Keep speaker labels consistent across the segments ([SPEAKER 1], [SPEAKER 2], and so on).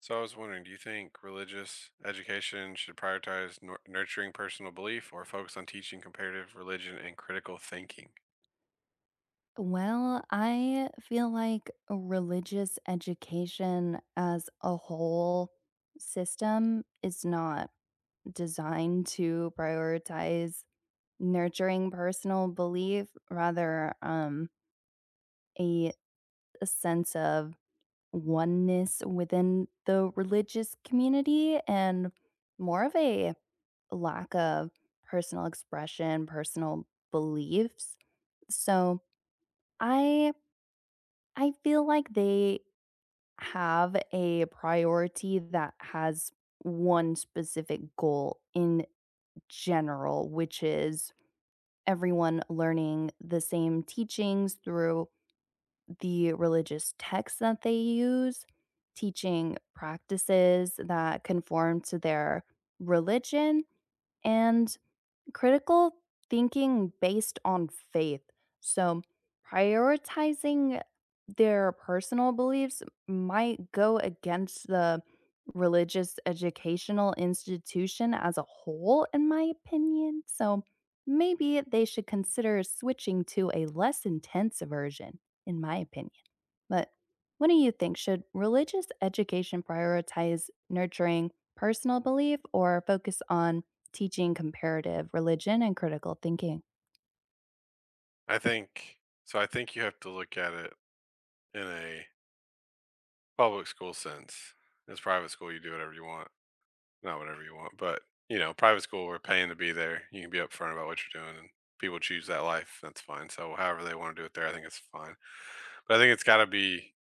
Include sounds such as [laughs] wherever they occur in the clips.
[SPEAKER 1] So I was wondering, do you think religious education should prioritize nurturing personal belief or focus on teaching comparative religion and critical thinking?
[SPEAKER 2] Well, I feel like religious education as a whole system is not designed to prioritize nurturing personal belief, rather, a sense of oneness within the religious community and more of a lack of personal expression, personal beliefs. So I I feel like they have a priority that has one specific goal in general, which is everyone learning the same teachings through the religious texts that they use, teaching practices that conform to their religion, and Critical thinking based on faith. So, prioritizing their personal beliefs might go against the religious educational institution as a whole, in my opinion. So, maybe they should consider switching to a less intense version, in my opinion. But what do you think? Should religious education prioritize nurturing personal belief or focus on teaching comparative religion and critical thinking?
[SPEAKER 1] I think so. I think you have to look at it in a public school sense. It's private school, you do whatever you want, not whatever you want, but you know, private school, we're paying to be there. You can be upfront about what you're doing, and people choose that life. That's fine. So however they want to do it there, I think it's fine. But I think it's got to be.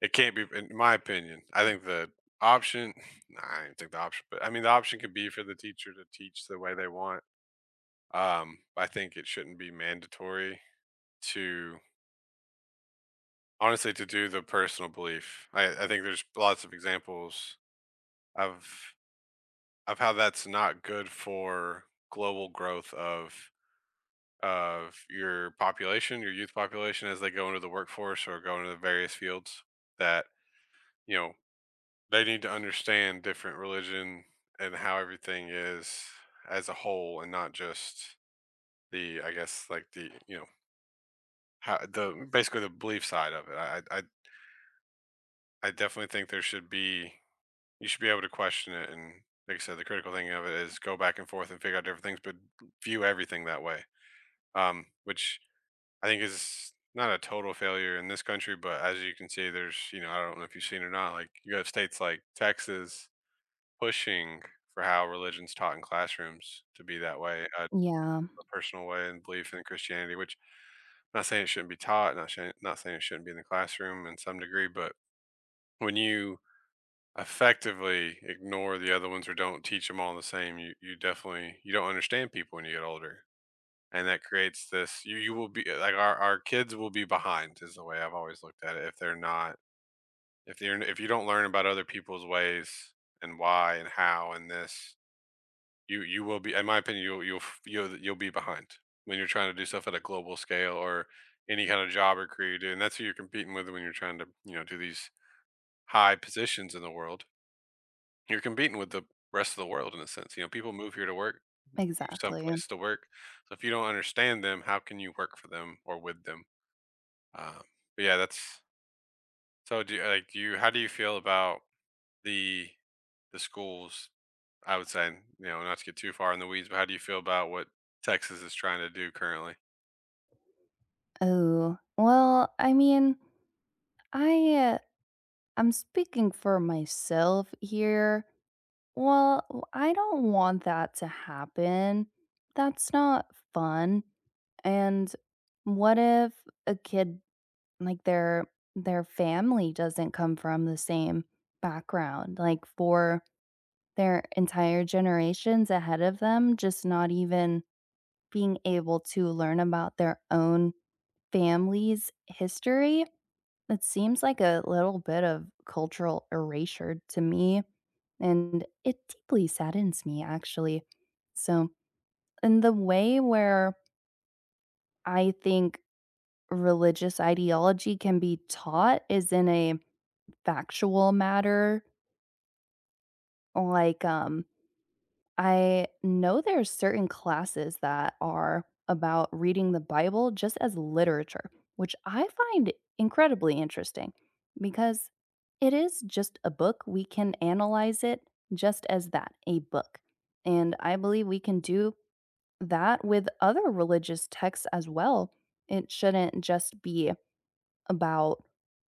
[SPEAKER 1] It can't be, in my opinion. I think the option, [laughs] nah, I don't think the option, but I mean, the option could be for the teacher to teach the way they want. I think it shouldn't be mandatory to honestly to do the personal belief. I think there's lots of examples of how that's not good for global growth of your population, your youth population as they go into the workforce or go into the various fields that you know. They need to understand different religion and how everything is as a whole and not just I guess, like the, you know, how the basically the belief side of it. I definitely think there should be, you should be able to question it. And like I said, the critical thing of it is go back and forth and figure out different things, but view everything that way. Which I think is not a total failure in this country, but as you can see, there's, you know, I don't know if you've seen or not, like you have states like Texas pushing for how religion's taught in classrooms to be that way,
[SPEAKER 2] Yeah,
[SPEAKER 1] a personal way and belief in Christianity, which I'm not saying it shouldn't be taught, not saying it shouldn't be in the classroom in some degree, but when you effectively ignore the other ones or don't teach them all the same, you definitely you don't understand people when you get older. And that creates this. You will be like our kids will be behind is the way I've always looked at it. If they're not, if they are, if you don't learn about other people's ways and why and how and this. You will be, in my opinion, you'll be behind when you're trying to do stuff at a global scale or any kind of job or career you do. And that's who you're competing with when you're trying to, you know, do these high positions in the world. You're competing with the rest of the world in a sense. You know, people move here to work, move
[SPEAKER 2] exactly.
[SPEAKER 1] someplace to work. So if you don't understand them, how can you work for them or with them? Um, but yeah, that's so. Do you, like do you? How do you feel about the the schools, I would say, you know, not to get too far in the weeds, but how do you feel about what Texas is trying to do currently?
[SPEAKER 2] Oh, well, I mean, I uh, I'm speaking for myself here. Well, I don't want that to happen. That's not fun. And what if a kid. Like, their family doesn't come from the same background, like, for their entire generations ahead of them, just not even being able to learn about their own family's history, it seems like a little bit of cultural erasure to me, and it deeply saddens me, actually. So, in the way where I think religious ideology can be taught is in a factual matter. Like, I know there's certain classes that are about reading the Bible just as literature, which I find incredibly interesting because it is just a book. We can analyze it just as that, a book. And I believe we can do that with other religious texts as well. It shouldn't just be about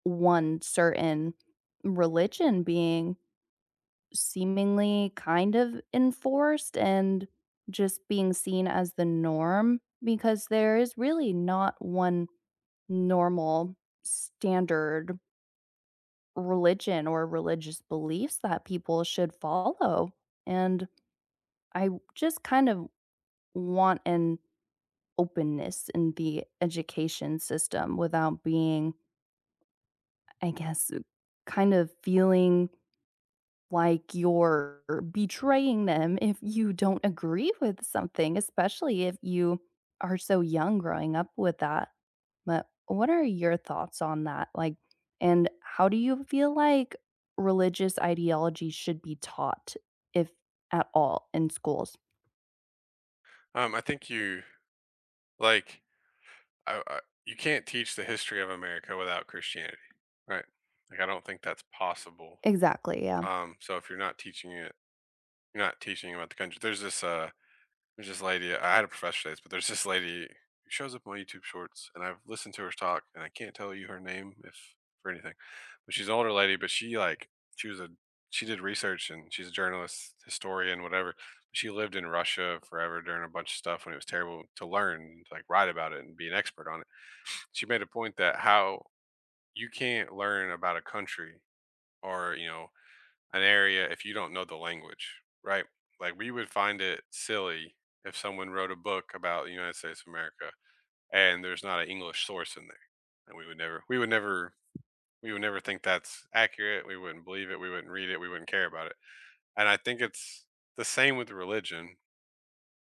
[SPEAKER 2] one certain religion being seemingly kind of enforced and just being seen as the norm because there is really not one normal standard religion or religious beliefs that people should follow. And I just kind of want an openness in the education system without being, I guess, kind of feeling like you're betraying them if you don't agree with something, especially if you are so young growing up with that. But what are your thoughts on that? Like, and how do you feel like religious ideology should be taught, if at all, in schools?
[SPEAKER 1] I think you like, I, I, you can't teach the history of America without Christianity, right? Like I don't think that's possible.
[SPEAKER 2] Exactly. Yeah.
[SPEAKER 1] So if you're not teaching it, you're not teaching about the country. There's this there's this lady, I had a professor this, but there's this lady who shows up on my YouTube shorts, and I've listened to her talk, and I can't tell you her name if for anything. But she's an older lady, but she like she was a she did research and she's a journalist, historian, whatever. She lived in Russia forever during a bunch of stuff when it was terrible to learn, to like write about it and be an expert on it. She made a point that how you can't learn about a country or, you know, an area if you don't know the language, right? Like we would find it silly if someone wrote a book about the United States of America and there's not an English source in there. And we would never we would never we would never think that's accurate. We wouldn't believe it. We wouldn't read it. We wouldn't care about it. And I think it's the same with religion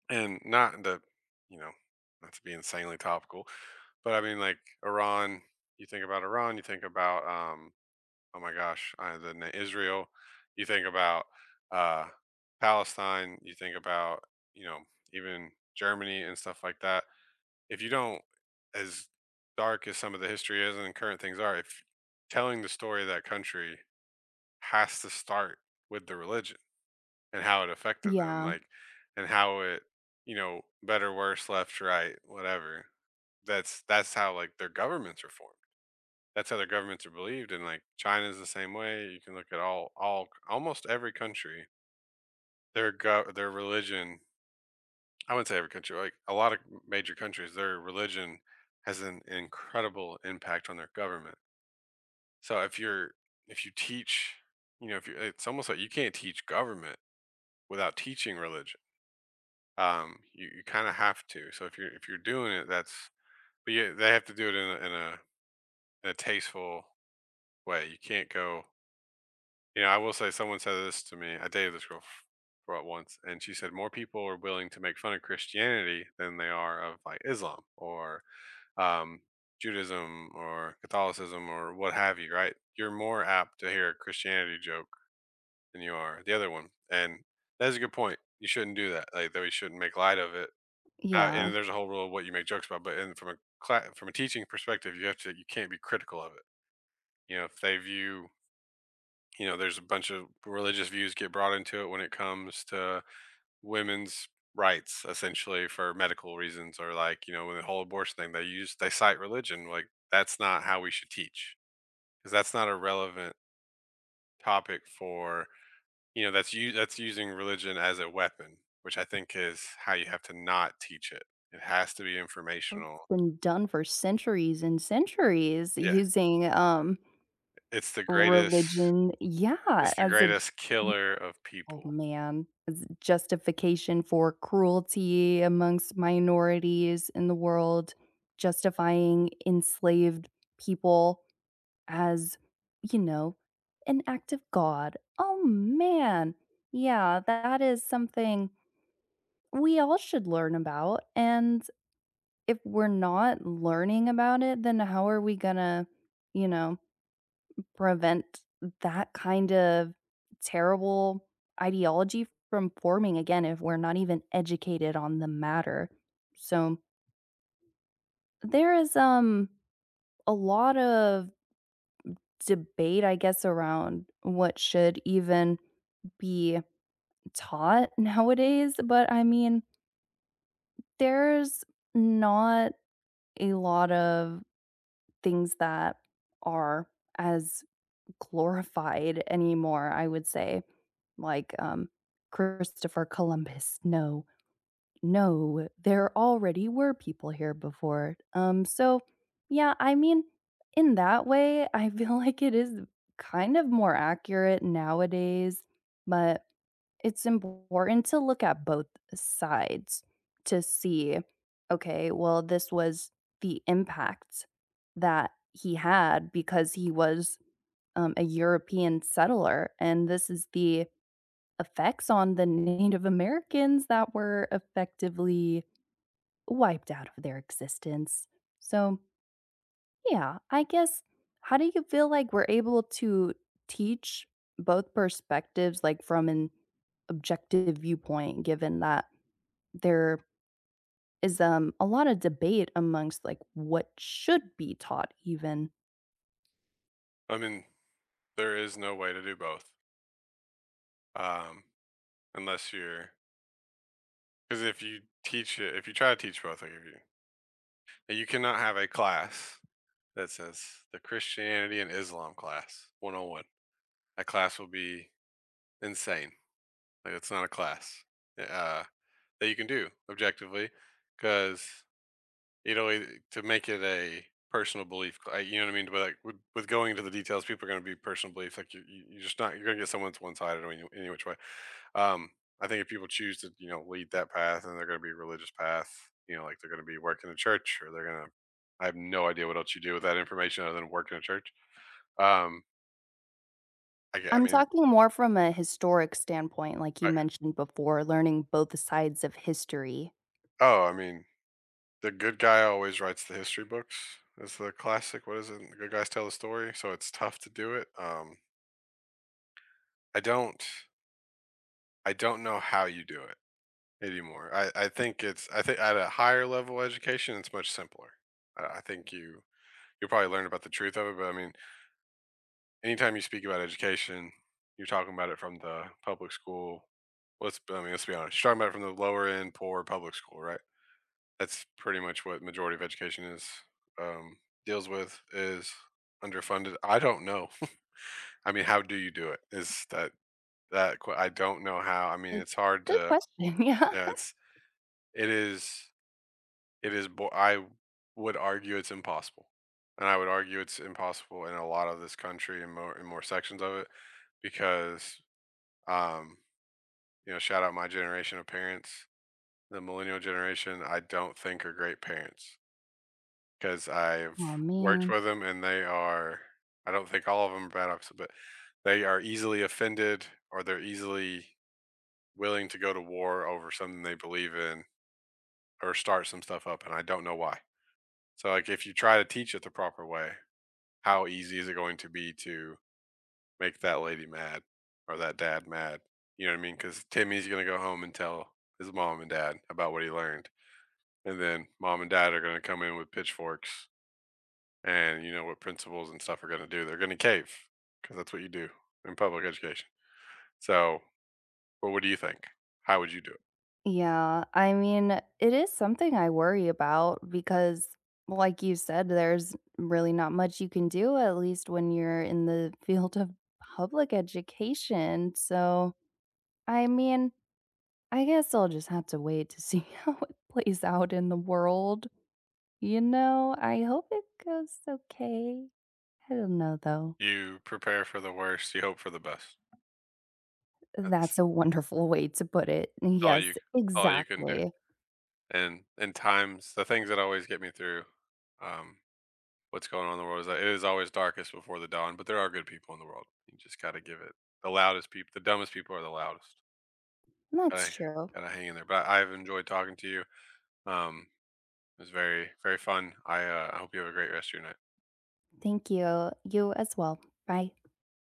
[SPEAKER 1] and not the, you know, not to be insanely topical, but I mean like Iran, you think about Iran, you think about oh my gosh, Israel. You think about uh, Palestine. You think about, you know, even Germany and stuff like that. If you don't, as dark as some of the history is and current things are, if telling the story of that country has to start with the religion and how it affected them,
[SPEAKER 2] Yeah.
[SPEAKER 1] like and how it, you know, better, worse, left, right, whatever. That's how like their governments are formed. That's how their governments are believed, and, like, China's the same way, you can look at all almost every country, their religion. I wouldn't say every country, like, a lot of major countries, their religion has an incredible impact on their government. So if you're if you teach, you know, if you, it's almost like you can't teach government without teaching religion. You you kinda have to, so if you're doing it, that's but yeah, they have to do it in a in a tasteful way, you can't go. You know, I will say someone said this to me. I dated this girl for about once, and she said more people are willing to make fun of Christianity than they are of like Islam or um, Judaism or Catholicism or what have you. Right? You're more apt to hear a Christianity joke than you are the other one, and that's a good point. You shouldn't do that. Like, that we shouldn't make light of it.
[SPEAKER 2] Yeah.
[SPEAKER 1] And there's a whole rule of what you make jokes about. But in, from a cla from a teaching perspective, you have to you can't be critical of it. You know, if they view, you know, there's a bunch of religious views get brought into it when it comes to women's rights essentially for medical reasons or like, you know, when the whole abortion thing, they use, they cite religion. Like, that's not how we should teach because that's not a relevant topic for, you know, that's you, that's using religion as a weapon, which I think is how you have to not teach it. It has to be
[SPEAKER 2] Well,
[SPEAKER 1] informational.
[SPEAKER 2] it's been done for centuries and centuries
[SPEAKER 1] Yeah,
[SPEAKER 2] using,
[SPEAKER 1] it's the greatest,
[SPEAKER 2] religion Yeah,
[SPEAKER 1] it's the
[SPEAKER 2] as a j
[SPEAKER 1] greatest killer of
[SPEAKER 2] oh,
[SPEAKER 1] people.
[SPEAKER 2] man, as a justification for cruelty amongst minorities in the world, justifying enslaved people as, you know, an act of God. Oh, man. Yeah, that is something we all should learn about, and if we're not learning about it, then how are we gonna, you know, prevent that kind of terrible ideology from forming again if we're not even educated on the matter? So there is a lot of debate, I guess, around what should even be taught nowadays. But I mean, there's not a lot of things that are as glorified anymore, I would say. Like, Christopher Columbus, no, no, there already were people here before. So yeah, I mean, in that way, I [laughs] feel like it is kind of more accurate nowadays, but it's important to look at both sides to see, okay, well, this was the impact that he had because he was a European settler, and this is the effects on the Native Americans that were effectively wiped out of their existence. So, yeah, I guess how do you feel like we're able to teach both perspectives, like from an objective viewpoint, given that there is a lot of debate amongst like what should be taught, even.
[SPEAKER 1] I mean, there is no way to do both. um unless you're, because if you teach it, if you try to teach both, like if you you cannot have a class that says the Christianity and Islam class 101. That class will be insane. Like it's not a class eh, uh, that you can do objectively because, you know, to make it a personal belief. I- You know what I mean? But like with going into the details, people are going to be personal belief. Like you're just not, you're going to get someone that's one sided any which way. Um, I think if people choose to, you know, lead that path and they're going to be a religious path, you know, like they're going to be working in a church or they're going to, I have no idea what else you do with that information other than work in a church. Um, I
[SPEAKER 2] I'm
[SPEAKER 1] mean,
[SPEAKER 2] talking more from a historic standpoint, like you
[SPEAKER 1] I,
[SPEAKER 2] mentioned before, learning both sides of history.
[SPEAKER 1] oh, I mean, the good guy always writes the history books. It's the classic. What is it? The good guys tell the story. So it's tough to do it. I don't. I don't know how you do it anymore. I think it's, I think at a higher level education, it's much simpler. I think you'll probably learn about the truth of it, but I mean, anytime you speak about education, you're talking about it from the public school. Let's, I mean, let's be honest. You're talking about it from the lower end, poor public school, right? That's pretty much what majority of education is, um, deals with is underfunded. I don't know. [laughs] I mean, how do you do it? Is that I don't know how. I mean,
[SPEAKER 2] Uh,
[SPEAKER 1] it's hard
[SPEAKER 2] Good
[SPEAKER 1] to.
[SPEAKER 2] question. [laughs] Yeah.
[SPEAKER 1] Yeah, it's it is. It is bo I would argue it's impossible, and I would argue it's impossible in a lot of this country and more in more sections of it because, um, you know, shout out my generation of parents, the millennial generation, I don't think are great parents because 'cause I've
[SPEAKER 2] Oh,
[SPEAKER 1] worked
[SPEAKER 2] man.
[SPEAKER 1] with them and they are, I don't think all of them are bad opposite, but they are easily offended or they're easily willing to go to war over something they believe in or start some stuff up, and I don't know why. So, like, if you try to teach it the proper way, how easy is it going to be to make that lady mad or that dad mad? You know what I mean? Because Timmy's going to go home and tell his mom and dad about what he learned. And then mom and dad are going to come in with pitchforks and you know what principals and stuff are going to do. They're going to cave because that's what you do in public education. So, well, what do you think? How would you do it?
[SPEAKER 2] Yeah. I mean, it is something I worry about because, like you said, there's really not much you can do, at least when you're in the [laughs] field of public education. So, I mean, I guess I'll just have to wait to see [laughs] how it plays out in the world. You know, I hope it goes okay. I don't know, though.
[SPEAKER 1] You prepare for the worst, you hope for the best.
[SPEAKER 2] That's
[SPEAKER 1] That's
[SPEAKER 2] a wonderful way to put it.
[SPEAKER 1] all you
[SPEAKER 2] Yes,
[SPEAKER 1] all you can do.
[SPEAKER 2] exactly.
[SPEAKER 1] And times the things that always get me through um what's going on in the world is that it is always darkest before the dawn, but there are good people in the world. You just got to give it the loudest people, the dumbest people are the loudest.
[SPEAKER 2] That's
[SPEAKER 1] I
[SPEAKER 2] true.
[SPEAKER 1] gotta hang in there. But I've enjoyed talking to you. Um, it was very, very fun. I hope you have a great rest of your night.
[SPEAKER 2] Thank you. You as well. Bye.